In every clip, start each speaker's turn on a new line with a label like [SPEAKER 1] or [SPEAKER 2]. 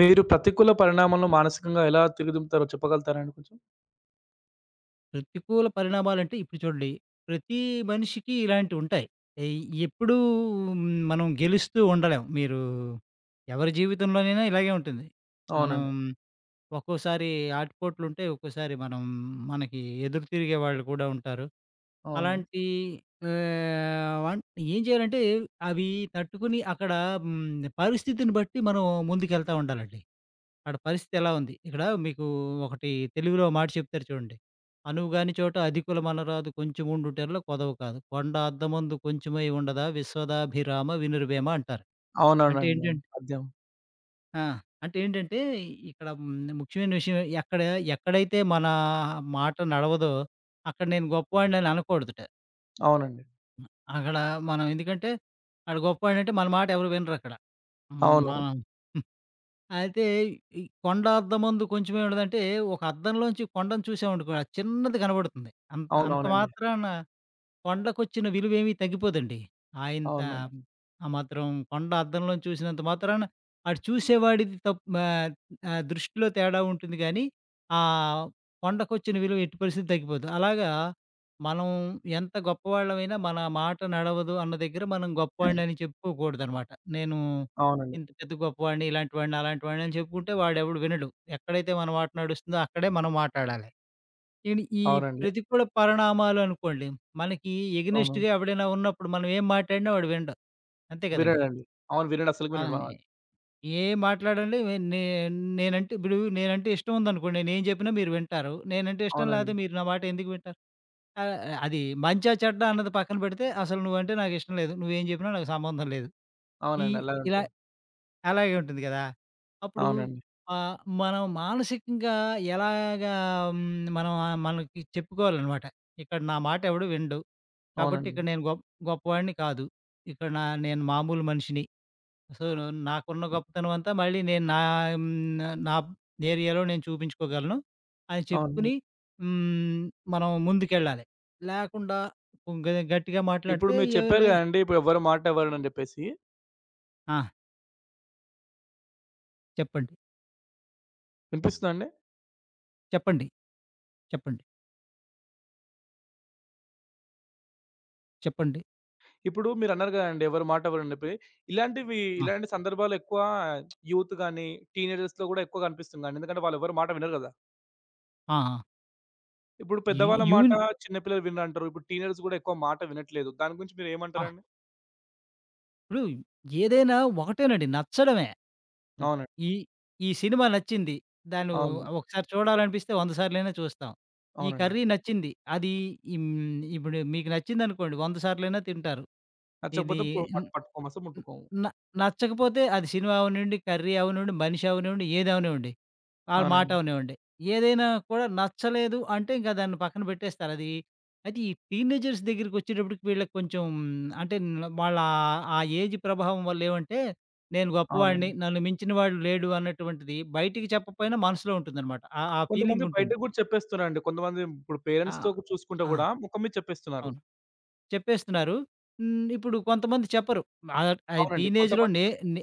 [SPEAKER 1] మీరు ప్రతికూల పరిణామంలో మానసికంగా ఎలా తీర్చిదిద్దుతారో చెప్పగలుగుతారా అండి కొంచెం?
[SPEAKER 2] ప్రతికూల పరిణామాలంటే ఇప్పుడు చూడండి, ప్రతి మనిషికి ఇలాంటివుంటాయి. ఎయ్ ఎప్పుడూ మనం గెలుస్తూ ఉండలేం. మీరు ఎవరి జీవితంలోనైనా ఇలాగే ఉంటుంది. మనం
[SPEAKER 1] అవునండి.
[SPEAKER 2] ఒక్కోసారి ఆటుపోట్లుంటాయి. ఒక్కోసారి మనం మనకి ఎదురు తిరిగే వాళ్ళు కూడా ఉంటారు.
[SPEAKER 1] అవును.
[SPEAKER 2] అలాంటి ఆహ్, వన్ ఏం చేయాలంటే అవి తట్టుకుని అక్కడ హ్మ్, పరిస్థితిని బట్టి మనం ముందుకెళ్తా ఉండాలండి. అక్కడ పరిస్థితి ఎలా ఉంది? ఇక్కడ మీకు ఒకటి తెలుగులో మాట చెప్తారు చూడండి. "అనువుగాని చోట అధికులమనరాదు కొంచెముండుటెల్ల కొదవ కాదు. కొండ అద్దమందు కొంచెమై ఉండదా విశ్వదాభిరామ వినురవేమ" అంటారు. అంటే
[SPEAKER 1] అవునవునండి.
[SPEAKER 2] ఏంటం
[SPEAKER 1] అద్యం.
[SPEAKER 2] ఆ! అంటే ఏంటంటే ఇక్కడ ముఖ్యమైన విషయం ఎక్కడైతే మన మాట నడవదో అక్కడ నేను గొప్పవాడినని అనకూడదుట.
[SPEAKER 1] అవునండి.
[SPEAKER 2] అక్కడ మనం ఎందుకంటే ఆడ గొప్పవాడంటే మన మాట ఎవరు వినరక్కడ.
[SPEAKER 1] అవును.
[SPEAKER 2] మనం అయితే ఈ కొండ అద్దం ముందు కొంచెం ఏముండదంటే, ఒక అద్దంలోంచి కొండను చూసామనుకో, అది చిన్నది కనబడుతుంది. అంత అంత
[SPEAKER 1] అవునవునండి.
[SPEAKER 2] మాత్రాన కొండకొచ్చిన విలువేమీ తగ్గిపోదండి. ఆయింత
[SPEAKER 1] అవునండి.
[SPEAKER 2] ఆ మాత్రం కొండ అద్దంలో చూసినంత మాత్రాన అటు చూసేవాడిది దృష్టిలో తేడా ఉంటుంది గానీ, ఆహ్, కొండకొచ్చిన విలువ ఎట్టి పరిస్థితి తగ్గిపోదు. అలాగా మనం ఎంత గొప్పవాళ్ళమైనా మన మాట నడవదు అన్న దగ్గర మనం గొప్పవాడినని చెప్పుకోకూడదనమాట. నేను
[SPEAKER 1] అవునండి.
[SPEAKER 2] ఇంత పెద్ద గొప్పవాడిని, ఇలాంటి వాడిని, అలాంటి వాడిని అని చెప్పుకుంటే వాడెవడు వినడు. ఎక్కడైతే మన మాట నడుస్తుందో అక్కడే మనం మాట్లాడాలి. ఏండి ఈ
[SPEAKER 1] అవునండి.
[SPEAKER 2] ప్రతికూల పరిణామాలు అనుకోండి. మనకి
[SPEAKER 1] అవును.
[SPEAKER 2] ఎగనెస్ట్‌గా ఎవడైనా ఉన్నప్పుడు మనం ఏం మాట్లాడినా వాడు వినడు. అంతే కదండీ!
[SPEAKER 1] వినడండి. అవును. వినడు. అసలుకి
[SPEAKER 2] ఆ!
[SPEAKER 1] వినడు మనవాడు.
[SPEAKER 2] ఏం మాట్లాడండి. నే నేనంటే ఇప్పుడు నేనంటే ఇష్టం ఉందనుకోండి. నేనేం చెప్పినా మీరు వింటారు. నేనంటే ఇష్టం
[SPEAKER 1] అవునండి.
[SPEAKER 2] లేకపోతే మీరు నా మాట ఎందుకు వింటారు? ఆహ్, అది మంచా చెడ్డా అన్నది పక్కన పెడితే అసలు నువ్వంటే నాకిష్టం లేదు. నువ్వేం చెప్పినా నాకు సంబంధం లేదు. ఈ
[SPEAKER 1] అవునండి. అలాగే
[SPEAKER 2] ఇలా
[SPEAKER 1] ఉంటది.
[SPEAKER 2] అలాగే ఉంటుంది గదా! అప్పుడు
[SPEAKER 1] అవునండి.
[SPEAKER 2] మనం మానసికంగా ఎలాగా మనం మనకి చెప్పుకోవాలనమాట. ఇక్కడ నా మాట ఎవడు వినడు. కాబట్టి
[SPEAKER 1] అవునండి.
[SPEAKER 2] ఇక్కడ నేను గొప్ గొప్పవాడిని కాదు. ఇక్కడ నేను మామూలు మనిషిని. సో, నాకున్న గొప్పతనం అంతా మళ్ళీ నేను హ్మ్, నా ఏరియాలో నేను చూపించుకోగలను అని
[SPEAKER 1] అవునండి.
[SPEAKER 2] చెప్పుకుని హ్మ్, మనం ముందుకెళ్ళాలి. లేకుండా గట్టిగా
[SPEAKER 1] ఇప్పుడు
[SPEAKER 2] మాట్లాడితే
[SPEAKER 1] మీరు చెప్పారు
[SPEAKER 2] ఏవోలే
[SPEAKER 1] గదండీ! ఇప్పుడు ఎవరి మాట ఎవరనని జెప్పేసి.
[SPEAKER 2] ఆ! చెప్పండి.
[SPEAKER 1] వినిపిస్తుందా అండి?
[SPEAKER 2] చెప్పండి. చెప్పండి. చెప్పండి.
[SPEAKER 1] ఇప్పుడు మీరన్నారు గదండీ! ఎవరి మాట ఎవరని జెప్పి. ఇలాంటివి
[SPEAKER 2] ఆ!
[SPEAKER 1] ఇలాంటి సందర్భాలు ఎక్కువ యూత్ గాని, టీనేజర్స్‌లో గూడా ఎక్కువ కనిపిస్తుంది గదండీ! ఎందుకంటే వాళ్ళెవరి మాట వినరు గదా!
[SPEAKER 2] ఆ! ఆ!
[SPEAKER 1] ఇప్పుడు
[SPEAKER 2] యు
[SPEAKER 1] పెద్దవాళ్ళ మాట
[SPEAKER 2] యూన్
[SPEAKER 1] చిన్న పిల్లలు వినరంటారు. ఇప్పుడు టీనేజర్స్ గూడా ఎక్కువ మాట వినట్లేదు. దాని గురించి
[SPEAKER 2] ఆహ్,
[SPEAKER 1] మీరేమంటారండి?
[SPEAKER 2] ఇప్పుడు ఏదైనా ఒకటేనండి నచ్చడమే. ఇప్పుడు
[SPEAKER 1] అవునండి.
[SPEAKER 2] ఈ ఈ సినిమా నచ్చింది. దాన్ను
[SPEAKER 1] అవును.
[SPEAKER 2] ఒకసారి చూడాలనిపిస్తే 100 సార్లైనా చూస్తాం. ఈ
[SPEAKER 1] అవునండి.
[SPEAKER 2] కర్రీ నచ్చింది. ఇప్పుడు మీకు నచ్చిందనుకోండి 100 సార్లైనా తింటారు. ఇది
[SPEAKER 1] నచ్చకపోతే ఇప్పుడు
[SPEAKER 2] న్
[SPEAKER 1] పట్టుకోము. అసలు
[SPEAKER 2] న్
[SPEAKER 1] ముట్టుకోము.
[SPEAKER 2] న నచ్చకపోతే అది సినిమా అవనివ్వండి, కర్రీ అవనివ్వండి, మనిషి అవనివ్వండి ఏది అవనివ్వండి. ఆ మాట
[SPEAKER 1] అవునండి.
[SPEAKER 2] అవనివ్వండి. ఏదైనా కూడా నచ్చలేదు అంటే ఇంకా దాన్ని పక్కన పెట్టేస్తారు. అయితే ఈ టీనేజర్స్ దగ్గరికొచ్చేటప్పటికి వీళ్ళకి కొంచెం అంటే న- వాళ్ళ ఆ ఏజ్ ప్రభావం వల్ల ఏమంటే నేను గొప్పవాడిని,
[SPEAKER 1] అవునండి.
[SPEAKER 2] నన్ను మించిన వాడు లేడు అన్నటువంటిది బయటికి చెప్పకపోయినా మనసులో ఉంటుందన్నమాట. ఆ ఆ
[SPEAKER 1] కొంతమంది
[SPEAKER 2] ఫీలింగుంటుంది.
[SPEAKER 1] బయటకి గూడా చెప్పేస్తున్నారండి. కొంతమంది ఇప్పుడు
[SPEAKER 2] ఆ!
[SPEAKER 1] పేరెంట్స్‌తో చూసుకుంటే
[SPEAKER 2] ఆ!
[SPEAKER 1] గూడా ముఖం మీద చెప్పేస్తున్నారు.
[SPEAKER 2] అవును. చెప్పేస్తున్నారు. హ్మ్. ఇప్పుడు కొంతమంది చెప్పరు. ఆహ్, ఆహ్,
[SPEAKER 1] అవునండి.
[SPEAKER 2] టీనేజ్‌లో
[SPEAKER 1] కొంతమంది
[SPEAKER 2] నే నే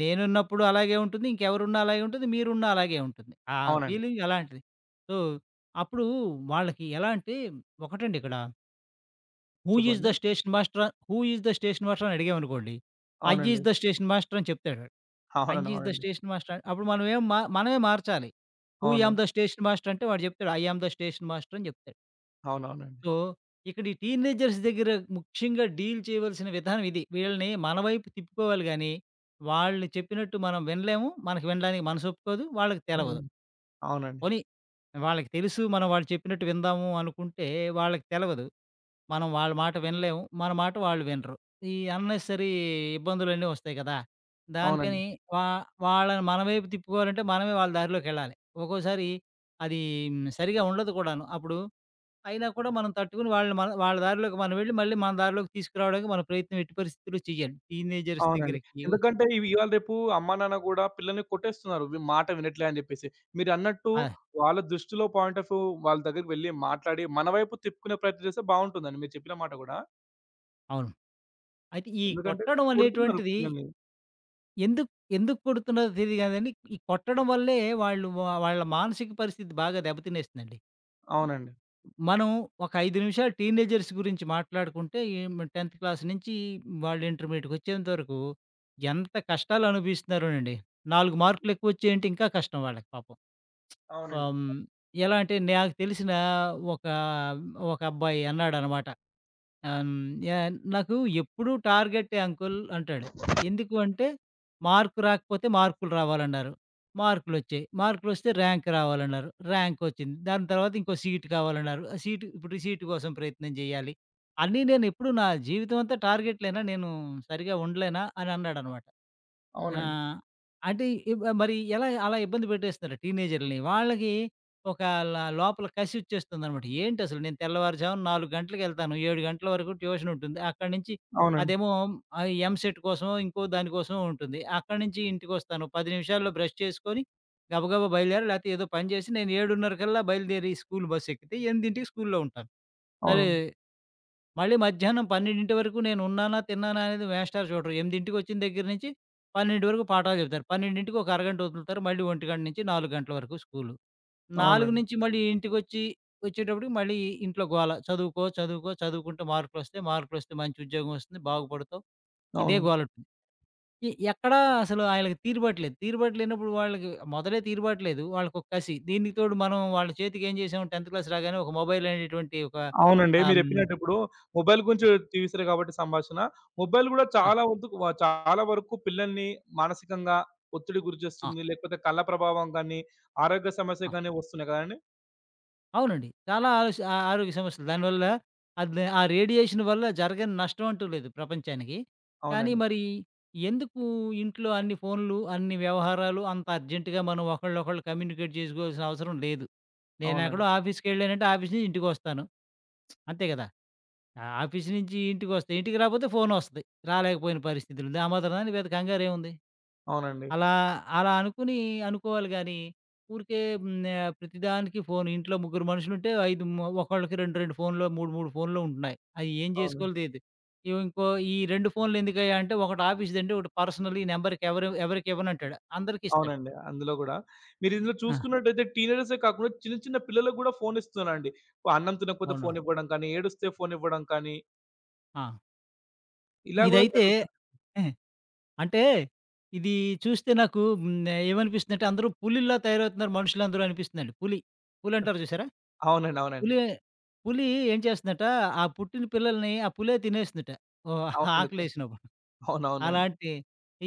[SPEAKER 2] నేనున్నప్పుడు అలాగే ఉంటుంది. ఇంకెవరున్నా అలాగే ఉంటుంది. మీరున్నా అలాగే ఉంటుంది. ఆ
[SPEAKER 1] అవునండి.
[SPEAKER 2] ఫీలింగ్ అలాంటిది. సో, అప్పుడు వాళ్ళకి ఎలా అంటే ఒకటండి ఇక్కడ హూ ఈస్ ద
[SPEAKER 1] చెప్పండి.
[SPEAKER 2] Station master? Who is the station master? అని అడిగామనుకోండి. ఐ
[SPEAKER 1] అవునండి.
[SPEAKER 2] ఈస్ ద స్టేషన్ మాస్టర్ అని చెప్తాడు వాడు. ఐ
[SPEAKER 1] అవునండి.
[SPEAKER 2] ఈస్ ద
[SPEAKER 1] అవునండి.
[SPEAKER 2] స్టేషన్ మాస్టర్ అని అప్పుడు మనమే మార్చాలి. హూ
[SPEAKER 1] అవును.
[SPEAKER 2] యామ్ ద స్టేషన్ మాస్టర్ అంటే వాడు చెప్తాడు. I am the station master అని చెప్తాడు.
[SPEAKER 1] అవునవునండి.
[SPEAKER 2] సో, ఇక్కడ ఈ టీనేజర్స్ దగ్గర ముఖ్యంగా డీల్ చేయవలసిన విధానం ఇది. వీళ్ళని మన వైపు తిప్పుకోవాలి గానీ, వాళ్ళు చెప్పినట్టు మనం వినలేము. మనకు వినడానికి మనసొప్పుకోదు. వాళ్ళకి తెలవదు.
[SPEAKER 1] అవునండి. అవునండి.
[SPEAKER 2] పోనీ వాళ్ళకి తెలుసు మనం వాళ్ళు చెప్పినట్టు విందాము అనుకుంటే, వాళ్ళకి తెలవదు. మనం వాళ్ళ మాట వినలేము. మన మాట వాళ్ళు వినరు. ఈ అన్నెసరీ ఇబ్బందులన్నీ వస్తాయి కదా!
[SPEAKER 1] అవునండి.
[SPEAKER 2] దానికని వా వాళ్ళని మన వైపు తిప్పుకోవాలంటే మనమే వాళ్ళ దారిలోకెళ్ళాలి. ఒక్కోసారి అది సరిగా ఉండదు కూడాను. అప్పుడు అయినా కూడా మనం తట్టుకొని వాళ్ళని మన వాళ్ళ దారిలోకి మనం వెళ్ళి, మళ్ళీ మన దారిలోకి తీసుకురావడానికి మన ప్రయత్నం ఎట్టి పరిస్థితుల్లో చేయాలి. టీనేజర్స్
[SPEAKER 1] అవునండి.
[SPEAKER 2] దగ్గరికి
[SPEAKER 1] ఎందుకంటే ఇవి ఇవాళ రేపు అమ్మా, నాన్న గూడా పిల్లల్ని కొట్టేస్తున్నారు. వి మాట వినట్లే అని జెప్పేసి. మీరన్నట్టు
[SPEAKER 2] ఆ!
[SPEAKER 1] వాళ్ళ దృష్టిలో పాయింట్ ఆఫ్ వ్యూ వాళ్ళ దగ్గరికి వెళ్లి మాట్లాడి, మన వైపు తిప్పుకునే ప్రయత్నం చేస్తే బావుంటుందండి. మీరు చెప్పిన మాట గూడా.
[SPEAKER 2] అవును. అయితే ఈ
[SPEAKER 1] ఎందుకంటే
[SPEAKER 2] కొట్టడం
[SPEAKER 1] కొడుతున్నారు
[SPEAKER 2] అనేటువంటిది
[SPEAKER 1] పిల్లల్ని.
[SPEAKER 2] ఎందుకు ఎందుకు కొడుతున్నారో తెలీదు గాదండి, ఈ కొట్టడం వల్లే వాళ్ళ మానసిక పరిస్థితి బాగా దెబ్బతినేస్తుందండి. హ్మ్.
[SPEAKER 1] అవునండి.
[SPEAKER 2] మనం ఒక 5 నిమిషాలు టీనేజర్స్ గురించి మాట్లాడుకుంటే 10థ్ క్లాస్ నుంచి వాళ్ళు ఇంటర్మీడియేట్‌కొచ్చేంత వరకు ఎంత కష్టాలు అనుభవిస్తున్నారోనండి. 4 మార్కులు ఎక్కువొచ్చాయంటే ఇంకా కష్టం వాళ్ళకి పాపం.
[SPEAKER 1] అవునండి.
[SPEAKER 2] ఆహ్, హ్మ్. ఎలా అంటే నాకు తెలిసిన ఒక, ఒక అబ్బాయి అన్నాడనమాట. ఆహ్, హ్మ్. యాహ్! "నాకు ఎప్పుడూ టార్గెటే అంకుల్" అంటాడు. ఎందుకు అంటే మార్క్ రాకపోతే మార్కులు రావాలన్నారు. మార్కులొచ్చాయి. మార్కులొస్తే ర్యాంక్ రావాలన్నారు. ర్యాంకొచ్చింది. దాని తర్వాత ఇంకో సీట్ కావాలన్నారు. ఆ సీటు ఇప్పుడు సీటు కోసం ప్రయత్నం చేయాలి. అన్నీ నేనెప్పుడు నా జీవితం అంతా టార్గెట్‌లేనా? నేను సరిగ్గా ఉండలేనా? అని అన్నాడనమాట. ఆ!
[SPEAKER 1] అవునండి.
[SPEAKER 2] అంటే ఇబ్ మరి ఎలా అలా ఇబ్బంది పెట్టేస్తున్నారు టీనేజర్‌లని. వాళ్ళకి ఒక ల లోపల కసొచ్చేస్తుందనమాట. ఏంటసలు నేను తెల్లవారుజామున 4 గంటలకెళ్తాను. 7 గంటల వరకు ట్యూషనుంటుంది. అక్కడి నుంచి
[SPEAKER 1] అవునండి.
[SPEAKER 2] అదేమో ఎంసెట్ కోసమో, ఇంకో దానికోసమో ఉంటుంది. అక్కడి నుంచి ఇంటికొస్తాను. 10 నిమిషాల్లో బ్రష్ చేసుకొని గబగబా బయలుదేరి లేతే ఏదో పని చేసి నేను 7:30 కల్లా బయలుదేరి స్కూల్ బస్సెక్కితే 8కి స్కూల్‌లో ఉంటాను. సరే
[SPEAKER 1] అవును.
[SPEAKER 2] మళ్ళీ మధ్యాహ్నం 12 వరకు నేను ఉన్నానా, తిన్నానా అనేది మేస్టారు చూడరు. 8కి వచ్చిన దగ్గర నుంచి 12 వరకు పాఠాలు చెప్తారు. 12కి ఒక అరగంట వదులుతారు. మళ్ళీ 1 నుంచి 4 గంటల వరకు స్కూలు. 4
[SPEAKER 1] అవునండి.
[SPEAKER 2] నుంచి మళ్ళీ ఇంటికొచ్చి వచ్చేటప్పటికి మళ్ళీ ఇంట్లో గోల. చదువుకో, చదువుకో, చదువుకుంటే మార్కులొస్తే, మార్కులొస్తే మంచి ఉద్యోగం వస్తుంది, బాగుపడతావు. ఇదే
[SPEAKER 1] అవును.
[SPEAKER 2] గోలుంటుంది. ఎక్కడా అసలు ఆళ్ళకి తీరుబాటు లేదు. తీరుబాటు లేనప్పుడు వాళ్ళకి మొదలే తీరుబాటు లేదు. వాళ్ళకొక కసి. దీనికి తోడు మనం వాళ్ళ చేతికి ఏం చేసాం 10థ్ క్లాస్ రాగానే ఒక మొబైల్ అనేటువంటి ఒక
[SPEAKER 1] అవునండి.
[SPEAKER 2] ఆహ్,
[SPEAKER 1] మీరు
[SPEAKER 2] హ్మ్.
[SPEAKER 1] చెప్పినట్టు ఇప్పుడు మొబైల్ గురించి తీశారు కాబట్టి సంభాషణ. మొబైల్ గూడా
[SPEAKER 2] ఆ!
[SPEAKER 1] చాలా వంతుకు వ చాలా వరకు పిల్లల్ని మానసికంగా ఒత్తిడికి గురి
[SPEAKER 2] ఆ!
[SPEAKER 1] చేస్తుంది. లేకపోతే కళ్ళ ప్రభావం గానీ, ఆరోగ్య సమస్య
[SPEAKER 2] ఆ!
[SPEAKER 1] గానీ వస్తున్నాయి కదండీ!
[SPEAKER 2] అవునండి. చాలా ఆరోష్ ఆ ఆరోగ్య సమస్యలు. దానివల్ల అది ఆ రేడియేషన్ వల్ల జరగని నష్టం అంటూ లేదు ప్రపంచానికి. కానీ
[SPEAKER 1] అవునండి.
[SPEAKER 2] మరి ఎందుకు ఇంట్లో అన్ని ఫోనులు, అన్ని వ్యవహారాలు అంత అర్జెంట్‌గా మనం ఒకళ్ళనొకళ్ళు కమ్యూనికేట్ చేసుకోవాల్సిన అవసరం లేదు. నేనెక్కడో
[SPEAKER 1] అవునండి.
[SPEAKER 2] ఆఫీస్‌కెళ్ళానంటే ఆఫీస్ నుంచి ఇంటికొస్తాను. అంతే కదా! ఆ ఆఫీస్ నుంచి ఇంటికొస్తా. ఇంటికి రాకపోతే ఫోనొస్తది. రాలేకపోయిన పరిస్థితులుంది. ఆ మాత్రం దానికి పెద్ద కంగారేముంది?
[SPEAKER 1] అవునండి.
[SPEAKER 2] అలా అలా అనుకుని అనుకోవాలి గానీ, ఊరికే ప్రతిదానికి ఫోను. ఇంట్లో ముగ్గురు మనుషులుంటే, 5 మ ఒకళ్ళకి 2, 2 ఫోన్‌లో, 3, 3 ఫోన్‌లో ఉంటున్నాయి. అయి ఏం
[SPEAKER 1] అవును.
[SPEAKER 2] చేసుకోవాలో తెలీదు. ఇవి ఇంకో ఈ 2 ఫోన్‌లు ఎందుకయ్యా అంటే, ఒకటి ఆఫీస్‌దండి, ఒకటి పర్సనల్. ఈ నంబర్‌కి ఎవరు ఎవరికి ఇవ్వనంటాడు. అందరికి ఇస్తాడు.
[SPEAKER 1] అవునండి. అందులో గూడా మీరు ఇందులో
[SPEAKER 2] ఆ!
[SPEAKER 1] చూసుకున్నట్టయితే టీనేజర్సే కాకుండా చిన్న చిన్న పిల్లలకు గూడా ఫోన్ ఇస్తున్నారండి. అన్నం తినకపోతే
[SPEAKER 2] అవునవును.
[SPEAKER 1] ఫోన్ ఇవ్వడం కానీ, ఏడుస్తే ఫోన్ ఇవ్వడం కానీ,
[SPEAKER 2] ఆ!
[SPEAKER 1] ఇలా గూడా
[SPEAKER 2] ఇదైతే
[SPEAKER 1] జరుగుతుంది.
[SPEAKER 2] హ్మ్. అంటే, ఇది చూస్తే నాకు ఏమనిపిస్తుందంటే, అందరూ పులిల్లా తయారవుతున్నారు మనుషులందరూ అనిపిస్తుందండి. పులి. పులంటారు చూసారా?
[SPEAKER 1] అవునండి. అవునండి.
[SPEAKER 2] పులి పులి ఏం చేస్తుందట, ఆ పుట్టిన పిల్లల్ని ఆ పులే తినేస్తుందట. ఓహ్!
[SPEAKER 1] అవునండి.
[SPEAKER 2] ఆకలేసినప్పుడు.
[SPEAKER 1] అవునవునండి.
[SPEAKER 2] అలాంటి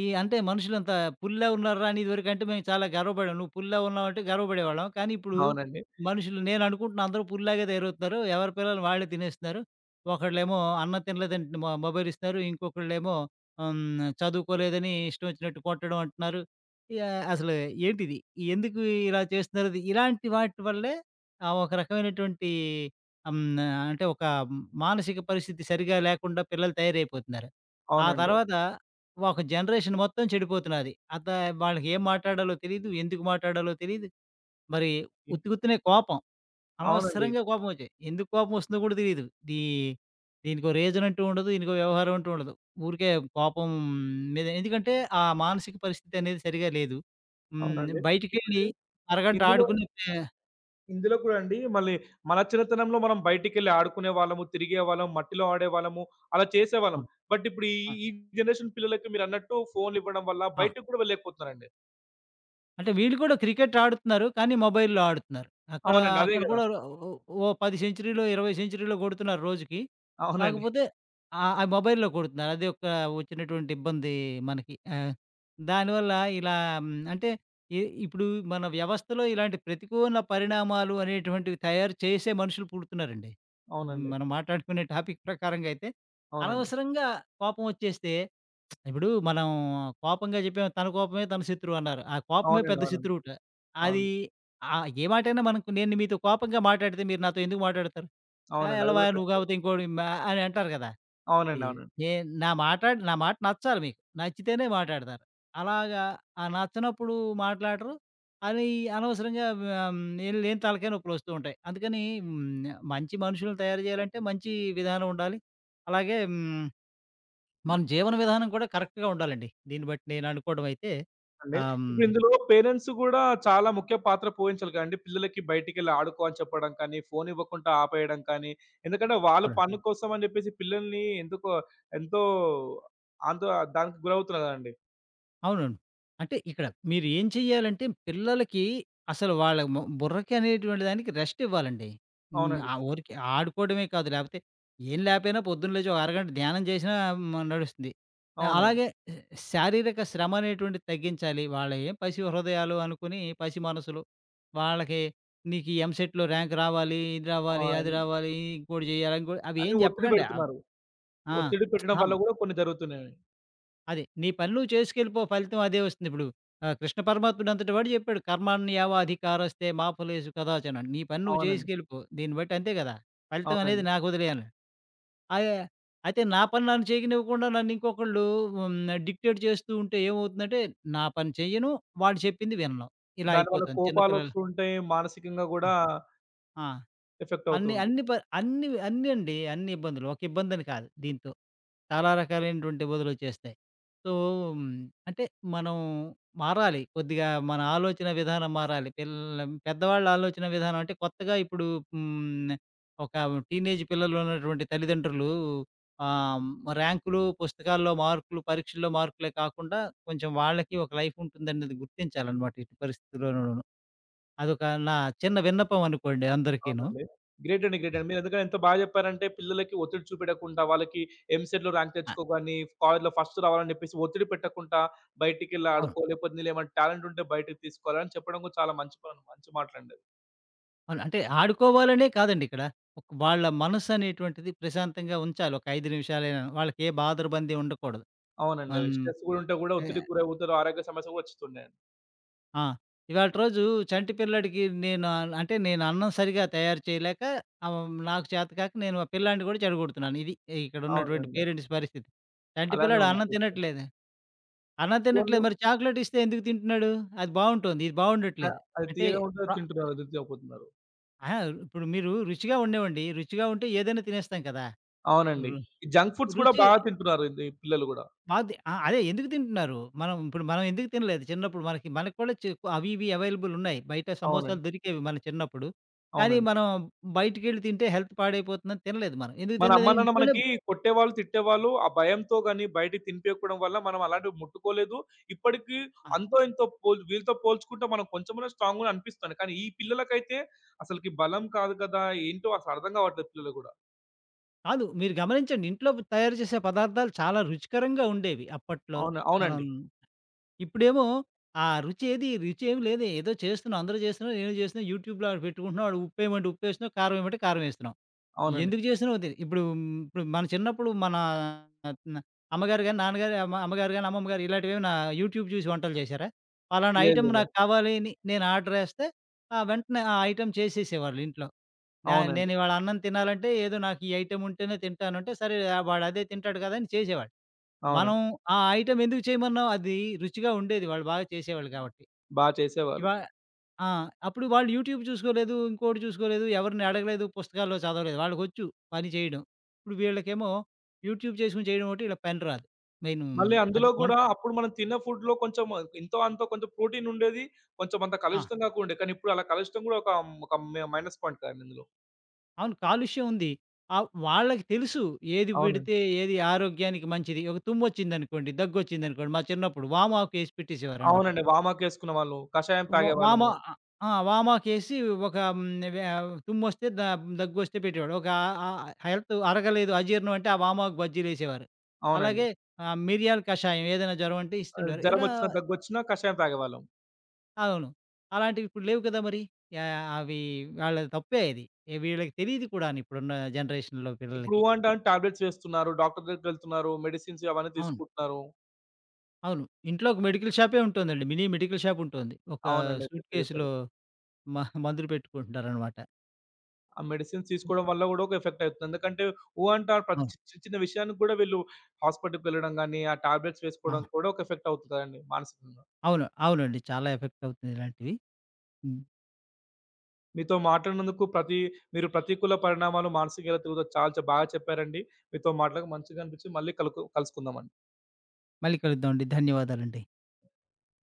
[SPEAKER 2] ఈ అంటే మనుషులంతా పుల్లా ఉన్నారురా అని ఇదివరకంటే మేము చాలా గర్వపడాం. నువ్వు పుల్లా ఉన్నావంటే గర్వపడేవాళ్ళం. కానీ ఇప్పుడు
[SPEAKER 1] అవునండి.
[SPEAKER 2] మనుషులు నేను అనుకుంటున్నా అందరూ పుల్లాగే తయారవుతున్నారు. ఎవరి పిల్లలు వాళ్ళే తినేస్తున్నారు. ఒకళ్ళేమో అన్నం తినలేదని మొబైల్ ఇస్తున్నారు. ఇంకొకళ్ళేమో హ్మ్. చదువుకోలేదని ఇష్టం వచ్చినట్టు కొట్టడం అంటున్నారు. ఇగ అసలు ఏంటిది? ఎందుకు ఇలా చేస్తున్నారు? అది ఇలాంటి వాటి వల్లే ఒక రకమైనటువంటి హ్మ్. అంటే ఒక మానసిక పరిస్థితి సరిగా లేకుండా పిల్లలు తయారైపోతున్నారు. ఆ అవును.
[SPEAKER 1] అవునండి.
[SPEAKER 2] తర్వాత ఒక జనరేషన్ మొత్తం చెడిపోతున్నది. అత వాళ్ళకి ఏం మాట్లాడాలో తెలీదు. ఎందుకు మాట్లాడాలో తెలీదు. మరి ఉత్తినే కోపం.
[SPEAKER 1] అవునండి.
[SPEAKER 2] అనవసరంగా కోపమొచ్చాయి. ఎందుకు కోపమొస్తుందో కూడా తెలీదు. దీ దీనికో రీజన్ అంటూ ఉండదు. దీనికో వ్యవహారం అంటూ ఉండదు. ఊరికే కోపం మీద ఎందుకంటే ఆ మానసిక పరిస్థితి అనేది సరిగా లేదు. హ్మ్.
[SPEAKER 1] అవునండి. ఇప్పుడు
[SPEAKER 2] బయటికెళ్ళి అరగంట
[SPEAKER 1] ఇందులో
[SPEAKER 2] ఆడుకుని
[SPEAKER 1] ఇందులో కూడా అండి మళ్ళీ మన చిన్నతనంలో మనం బయటికెళ్ళి ఆడుకునేవాళ్ళము, తిరిగేవాళ్ళం, మట్టిలో ఆడేవాళ్ళము, అలా
[SPEAKER 2] ఆ!
[SPEAKER 1] చేసేవాళ్ళం. బట్ ఇప్పుడు ఈ ఈ జనరేషన్ పిల్లలకి మీరన్నట్టు ఫోన్‌లు ఇవ్వడం వల్ల
[SPEAKER 2] ఆ!
[SPEAKER 1] బయటకి కూడా వెళ్ళలేకపోతున్నారండి.
[SPEAKER 2] అంటే వీళ్ళు కూడా క్రికెట్ ఆడుతున్నారు. కానీ మొబైల్‌లో ఆడుతున్నారు. అక్కడ
[SPEAKER 1] అవునండి. అదే
[SPEAKER 2] అక్కడ
[SPEAKER 1] గదా!
[SPEAKER 2] కూడా ఓ ఓ 10 సెంచరీలో, 20 సెంచరీలో కొడుతున్నారు రోజుకి.
[SPEAKER 1] అవునండి.
[SPEAKER 2] కాకపోతే ఆ మొబైల్‌లో కొడుతున్నారు. అది ఒక వచ్చినటువంటి ఇబ్బంది మనకి. దానివల్ల ఇలా అంటే ఇ ఇప్పుడు మన వ్యవస్థలో ఇలాంటి ప్రతికూల పరిణామాలు అనేటువంటివి తయారు చేసే మనుషులు పుడుతున్నారండి. మ్,
[SPEAKER 1] అవునండి.
[SPEAKER 2] మనం మాట్లాడుకునే టాపిక్ ప్రకారంగా అయితే
[SPEAKER 1] అవునండి.
[SPEAKER 2] అనవసరంగా కోపం వచ్చేస్తే ఇప్పుడు మనం కోపంగా చెప్పాం తన కోపమే తన శత్రువు అన్నారు. ఆ కోపమే
[SPEAKER 1] అవునండి.
[SPEAKER 2] పెద్ద
[SPEAKER 1] అవునండి.
[SPEAKER 2] శత్రువుట. అది
[SPEAKER 1] అవును.
[SPEAKER 2] ఏ మాటైనా మనకు నేను మీతో కోపంగా మాట్లాడితే మీరు నాతో ఎందుకు మాట్లాడతారు? ఆ!
[SPEAKER 1] అవునండి. అది
[SPEAKER 2] ఎలవా
[SPEAKER 1] గూడా
[SPEAKER 2] నువ్వు
[SPEAKER 1] కరెక్టే.
[SPEAKER 2] కాకపోతే ఇంకోడు మ అని అంటారు కదా! ఈ
[SPEAKER 1] అవునండి. అవునండి.
[SPEAKER 2] నే నా మాటాడి నా మాట నచ్చాలి మీకు. నచ్చితేనే మాట్లాడతారు. అలాగా ఆ నచ్చనప్పుడు మాట్లాడరు. అది అనవసరంగా ఆహ్, ఏం లేని తలకాయ నొప్పులొస్తూ ఉంటాయి. అందుకని హ్మ్. మంచి మనుషులను తయారు చేయాలంటే మంచి విధానం ఉండాలి. అలాగే హ్మ్. మన జీవన విధానం కూడా కరెక్ట్‌గా ఉండాలండి. దీన్ని బట్టి నేననుకోవడం అయితే
[SPEAKER 1] అండి.
[SPEAKER 2] ఆహ్, హ్మ్.
[SPEAKER 1] ఇప్పుడు ఇందులో పేరెంట్స్ గూడా చాలా ముఖ్య పాత్ర పోషించాలి కదండీ! పిల్లలకి బయటికెళ్ళి ఆడుకో అని చెప్పడం కానీ, ఫోన్ ఇవ్వకుండా ఆపేయడం కానీ, ఎందుకంటే వాళ్ళ
[SPEAKER 2] అవును.
[SPEAKER 1] పని కోసం అని జెప్పేసి పిల్లల్ని ఎందుకో ఎంతో అంతో దానికి గురవుతున్నారు కదండీ!
[SPEAKER 2] అవునవును. అంటే ఇక్కడ మీరు ఏం చెయ్యాలంటే పిల్లలకి అసలు వాళ్ళ బుర్రకి అనేటువంటి దానికి రెస్ట్ ఇవ్వాలండి. హ్మ్.
[SPEAKER 1] అవునండి.
[SPEAKER 2] ఊరికే ఆడుకోవడమే కాదు లేపోతే ఏం లేపోయినా పొద్దున్న లేచి ఒక అరగంట ధ్యానం చేసినా నడుస్తుంది.
[SPEAKER 1] అవునండి.
[SPEAKER 2] అలాగే శారీరక శ్రమ అనేటువంటిది తగ్గించాలి. వాళ్ళ ఏం పసి హృదయాలు అనుకుని పసి మనసులు. వాళ్ళకి నీకు ఈ ఎంసెట్‌లో ర్యాంక్ రావాలి, ఇది రావాలి, అది
[SPEAKER 1] ఆన్
[SPEAKER 2] రావాలి, ఇంకోటి చేయాలి, ఇంకోటి అవి
[SPEAKER 1] అని
[SPEAKER 2] ఏం
[SPEAKER 1] ఒత్తిడి
[SPEAKER 2] చెప్పకండి.
[SPEAKER 1] పెడుతున్నారు.
[SPEAKER 2] ఆ!
[SPEAKER 1] ఒత్తిడి పెట్టడం
[SPEAKER 2] ఆ!
[SPEAKER 1] వల్ల గూడా కొన్ని జరుగుతున్నాయి.
[SPEAKER 2] అది. నీ పని నువ్వు చేసుకెళ్ళిపో ఫలితం అదే వస్తుంది. ఇప్పుడు కృష్ణ పరమాత్ముడు అంతటి వాడు చెప్పాడు. కర్మాణ్యవాధికారస్తే మా ఫలేషు కదాచన. నీ పని నువ్వు
[SPEAKER 1] అవునండి.
[SPEAKER 2] చేసుకెళ్ళిపో. దీన్ని బట్టి అంతే కదా! ఫలితం అనేది
[SPEAKER 1] అవునండి.
[SPEAKER 2] నాకు వదిలేయి అన్నాడు. అయే అయితే నా పని నన్ను చేయనివ్వకుండా నన్ను ఇంకొకళ్ళు హ్మ్. డిక్టేట్ చేస్తూ ఉంటే ఏమవుతుందంటే, నా పని చెయ్యను. వాడు చెప్పింది వినను. ఇలా
[SPEAKER 1] దానివల్ల
[SPEAKER 2] అయిపోతుంది చిన్న పిల్లలు.
[SPEAKER 1] కోపాలొస్తూ ఉంటాయి. మానసికంగా
[SPEAKER 2] ఆ!
[SPEAKER 1] గూడా
[SPEAKER 2] ఆ!
[SPEAKER 1] ఎఫెక్ట్ అవుతూ
[SPEAKER 2] అన్ని
[SPEAKER 1] ఉంటాయి.
[SPEAKER 2] అన్ని ప అన్ని అన్ని అండి. అన్ని ఇబ్బందులు. ఒక ఇబ్బందని కాదు దీంతో. చాలా రకాలైనటువంటి ఇబ్బందులొచ్చేస్తాయి. సో, హ్మ్, అంటే మనం మారాలి. కొద్దిగా మన ఆలోచన విధానం మారాలి. పెద్దవాళ్ళ ఆలోచన విధానం అంటే కొత్తగా ఇప్పుడు హ్మ్, ఒక టీనేజ్ పిల్లలు ఉన్నటువంటి తల్లిదండ్రులు ఆహ్, ర్యాంకులు, పుస్తకాల్లో మార్కులు, పరీక్షల్లో మార్కులే కాకుండా కొంచెం వాళ్ళకి ఒక లైఫ్ ఉంటుందనేది గుర్తించాలనమాట ఎట్టి పరిస్థితుల్లోనూను. అదొక నా చిన్న విన్నపం అనుకోండి అందరికీను.
[SPEAKER 1] అవునండి. గ్రేట్ అండి. గ్రేట్
[SPEAKER 2] హ్మ్.
[SPEAKER 1] అండి. మీరెందుకంటే ఎంత బాగా చెప్పారంటే పిల్లలకి ఒత్తిడి చూపెట్టకుండా, వాళ్ళకి ఎంసెట్‌లో ర్యాంక్ తెచ్చుకోగాని, కాలేజ్‌లో ఫస్ట్ రావాలని చెప్పేసి ఒత్తిడి పెట్టకుండా, బయటికెళ్ళి
[SPEAKER 2] అవును.
[SPEAKER 1] ఆడుకో, లేకపోతే నీలో ఏమైనా టాలెంట్ ఉంటే బయటకి తీసుకురాని చెప్పడం కూడా చాలా మంచి పని మంచి మాటలండి అవి.
[SPEAKER 2] అవును. అంటే ఆడుకోవాలనే కాదండి ఇక్కడ. ఒక వాళ్ళ మనసు అనేటువంటిది ప్రశాంతంగా ఉంచాలి. ఒక 5 నిమిషాలైనా. వాళ్ళకి ఏ బాదరబంది ఉండకూడదు.
[SPEAKER 1] అవునండి.
[SPEAKER 2] మనం
[SPEAKER 1] స్ట్రెస్ కూడా ఉంటే కూడా
[SPEAKER 2] ఎ
[SPEAKER 1] ఒత్తిడికి గురవుతారు. ఆరోగ్య సమస్యలు కూడా వచ్చుతున్నాయండి.
[SPEAKER 2] ఆ! ఇవాళటి రోజు చంటి పిల్లాడికి నేను అంటే నేను అన్నం సరిగ్గా తయారు చేయలేక ఆహ్, నాకు చేత కాక నేను ఆ పిల్లాడిని కూడా చెడగొడుతున్నాను. ఇది ఇక్కడ ఉన్నటువంటి
[SPEAKER 1] అవునండి.
[SPEAKER 2] పేరెంట్స్ పరిస్థితి. చంటి
[SPEAKER 1] అలానే
[SPEAKER 2] పిల్లాడు
[SPEAKER 1] ఉంది
[SPEAKER 2] అన్నం
[SPEAKER 1] చూస్తే.
[SPEAKER 2] తినట్లేదు. అన్నం
[SPEAKER 1] ఫోన్‌లు
[SPEAKER 2] తినట్లేదు మరి చాక్లేట్ ఇస్తే ఎందుకు తింటున్నాడు? అది బావుంటోంది. ఇది బావుండట్లేదు.
[SPEAKER 1] అది
[SPEAKER 2] అంటే
[SPEAKER 1] తీయగా ఉంటే అది
[SPEAKER 2] ప్ర
[SPEAKER 1] తింటున్నారు. అది తినకపోతున్నారు.
[SPEAKER 2] అహా! ఇప్పుడు మీరు రుచిగా ఉండనివ్వండి. రుచిగా ఉంటే ఏదైనా తినేస్తాం కదా!
[SPEAKER 1] అవునండి.
[SPEAKER 2] రు
[SPEAKER 1] ఈ జంక్ ఫుడ్స్ కూడా
[SPEAKER 2] రుచి
[SPEAKER 1] బాగా తింటున్నారు ఇది పిల్లలు కూడా.
[SPEAKER 2] బావుంది. ఆ! అదే ఎందుకు తింటున్నారు? మనం ఎందుకు తినలేదు చిన్నప్పుడు మనకి మనకు కూడా చె అవి ఇవి అవైలబుల్ ఉన్నాయి. బయట సమోసాలు
[SPEAKER 1] అవునండి.
[SPEAKER 2] దొరికేవి మన చిన్నప్పుడు. కానీ
[SPEAKER 1] అవునండి.
[SPEAKER 2] మనం బయటికెళ్ళి తింటే హెల్త్ పాడైపోతుందని తినలేదు మనం. ఎందుకు
[SPEAKER 1] మన అమ్మ
[SPEAKER 2] తినలేదు
[SPEAKER 1] నాన్న
[SPEAKER 2] ఇంట్లోనే
[SPEAKER 1] మనకి కొట్టేవాళ్ళు, తిట్టేవాళ్ళు. ఆ భయంతో గాని, బయటికి తినిపియకపోవడం వల్ల మనం అలాంటివి ముట్టుకోలేదు. ఇప్పటికి
[SPEAKER 2] ఆ!
[SPEAKER 1] అంతో ఇంతో పోల్ వీళ్ళతో పోల్చుకుంటే మనం కొంచెమన్నా స్ట్రాంగ్‌గా అనిపిస్తుంది. కానీ ఈ పిల్లలకైతే అసలకి బలం కాదు కదా! ఏంటో అసలు అర్థం కావట్లేదు పిల్లలు గూడా.
[SPEAKER 2] కాదు మీరు గమనించండి ఇంట్లో తయారు చేసే పదార్థాలు చాలా రుచికరంగా ఉండేవి అప్పట్లో.
[SPEAKER 1] అవును.
[SPEAKER 2] మనం
[SPEAKER 1] అవునండి.
[SPEAKER 2] ఇప్పుడేమో ఆ రుచి ఏది రుచి ఏమి లేదు. ఏదో చేస్తున్నాం అందరూ చేస్తున్నారు నేను చేస్తున్నా యూట్యూబ్‌లో ఆడ పెట్టుకుంటున్నాం. ఆడ ఉప్పేయమంటే ఉప్పేస్తున్నాం, కారం ఏయమంటే కారం ఏస్తున్నాం.
[SPEAKER 1] అవునండి.
[SPEAKER 2] ఎందుకు చేసినవో తెలి ఇప్పుడు ఇప్పుడు మన చిన్నప్పుడు మన న అమ్మగారు గాని, నాన్నగారు అమ్మగారు గాని, అమ్మమ్మ గారు ఇలాంటివేమైనా యూట్యూబ్ చూసి వంటలు చేశారా? పలానా
[SPEAKER 1] లేదు. లేదు.
[SPEAKER 2] ఐటెమ్
[SPEAKER 1] లేదు.
[SPEAKER 2] నాకు కావాలి అని నేను ఆర్డర్ ఏస్తే, ఆ వెంటనే ఆ ఐటెమ్ చేసేసేవాళ్ళు ఇంట్లో.
[SPEAKER 1] అవునండి.
[SPEAKER 2] నేనివాళ అన్నం తినాలంటే ఏదో నాకు ఈ ఐటెమ్ ఉంటేనే తింటానంటే, సరే ఆ వాడు అదే తింటాడు కదా! అని చేసేవాడు. మనం
[SPEAKER 1] అవునండి.
[SPEAKER 2] ఆ ఐటెమ్ ఎందుకు చేయమన్నాం అది రుచిగా ఉండేది. వాళ్ళు బాగా చేసేవాళ్ళు కాబట్టి.
[SPEAKER 1] బా చేసేవాళ్ళు.
[SPEAKER 2] ఇవా ఆ! అప్పుడు వాళ్ళు యూట్యూబ్ చూసుకోలేదు, ఇంకోటి చూసుకోలేదు, ఎవరిని అడగలేదు, పుస్తకాల్లో చదవలేదు. వాళ్ళకొచ్చు పని చేయడం. ఇప్పుడు వీళ్ళకేమో యూట్యూబ్ చేసుకొని చేయడం ఒకటి, ఈళ్ళకి పని రాదు. మెయిను
[SPEAKER 1] మళ్ళీ అందులో
[SPEAKER 2] అది
[SPEAKER 1] గూడా
[SPEAKER 2] వంట
[SPEAKER 1] అప్పుడు మనం తిన్న ఫుడ్‌లో కొంచెం ఇంతో అంతో కొంచెం ప్రోటీన్ ఉండేది. కొంచెం అంత
[SPEAKER 2] ఆ!
[SPEAKER 1] కలుషితం కాకుండే. కానీ ఇప్పుడు అలా కలుషితం గూడా ఒక ఒక మైనస్ పాయింట్ కదండీ ఇందులో.
[SPEAKER 2] అవును. కాలుష్యం ఉంది. వాళ్ళకి తెలుసు ఏది
[SPEAKER 1] అవునండి.
[SPEAKER 2] పెడితే ఏది ఆరోగ్యానికి మంచిది. ఒక తుమ్మొచ్చిందనుకోండి, దగ్గొచ్చిందనుకోండి, మా చిన్నప్పుడు వామాకు ఏసి పెట్టేసేవారనమాట.
[SPEAKER 1] అవునండి. వామాకేసుకునేవాళ్ళు. కషాయం
[SPEAKER 2] వ వామ
[SPEAKER 1] తాగేవాళ్ళము.
[SPEAKER 2] ఆహ్, ఆ! వామాకేసి ఒక హ్మ్, వె తుమ్మొస్తే దగ్గొస్తే పెట్టేవాడు. హెల్త్ అరగలేదు, అజీర్ణం అంటే ఆ వామాకు బజ్జీలేసేవారు.
[SPEAKER 1] అవునండి.
[SPEAKER 2] అలాగే మిరియాల కషాయం ఏదైనా జ్వరం అంటే ఇస్తుండారు. ఇలా
[SPEAKER 1] జరమొచ్చినా, దగ్గొచ్చినా కషాయం తాగేవాళ్ళం.
[SPEAKER 2] అవును. అలాంటివి ఇప్పుడు లేవు కదా మరి. యాహ్! అవి వాళ్ళ తప్పే అది. వీళ్ళకి తెలీదు కూడాను ఇప్పుడున్న జనరేషన్‌లో
[SPEAKER 1] ఇప్పుడు
[SPEAKER 2] పిల్లలకి.
[SPEAKER 1] అంటే టాబ్లెట్స్ వేస్తున్నారు. డాక్టర్ దగ్గరికెళ్తున్నారు. మెడిసిన్స్ అవన్నీ
[SPEAKER 2] అవును.
[SPEAKER 1] తీసుకుంటున్నారు.
[SPEAKER 2] అవును. ఇంట్లో ఒక మెడికల్ షాపే ఉంటోందండి. మినీ మెడికల్ షాప్ ఉంటుంది.
[SPEAKER 1] అవునండి. కరెక్టే చెప్పారు.
[SPEAKER 2] సూట్‌కేస్‌లో మ మందులు పెట్టుకుంటున్నారనమాట.
[SPEAKER 1] ఆ మెడిసిన్స్ తీసుకోవడం వల్ల కూడా ఒక ఎఫెక్ట్ అవుతుంది. ఎందుకంటే ఊ అంటే ప్రతి
[SPEAKER 2] అవును.
[SPEAKER 1] చి చి చిన్న విషయానికి కూడా వీళ్ళు హాస్పిటల్‌కి వెళ్ళడం గాని, ఆ టాబ్లెట్స్
[SPEAKER 2] ఆ!
[SPEAKER 1] వేసుకోవడం కూడా ఒక ఎఫెక్ట్ అవుతుందండి మానసికంగా.
[SPEAKER 2] అవును. అవునండి. చాలా ఎఫెక్ట్ అవుతుంది ఇలాంటివి. హ్మ్.
[SPEAKER 1] మీతో మాట్లాడినందుకు ప్రతి మీరు ప్రతికూల పరిణామాలు మానసిక ఎలా తిరుగుతాయో చాలా బాగా చెప్పారండి. మీతో మాట్లాడక మంచిగా అనిపించింది. మళ్ళీ కలుసుకుందామండి.
[SPEAKER 2] మళ్ళీ కలుద్దామండి. ధన్యవాదాలండి.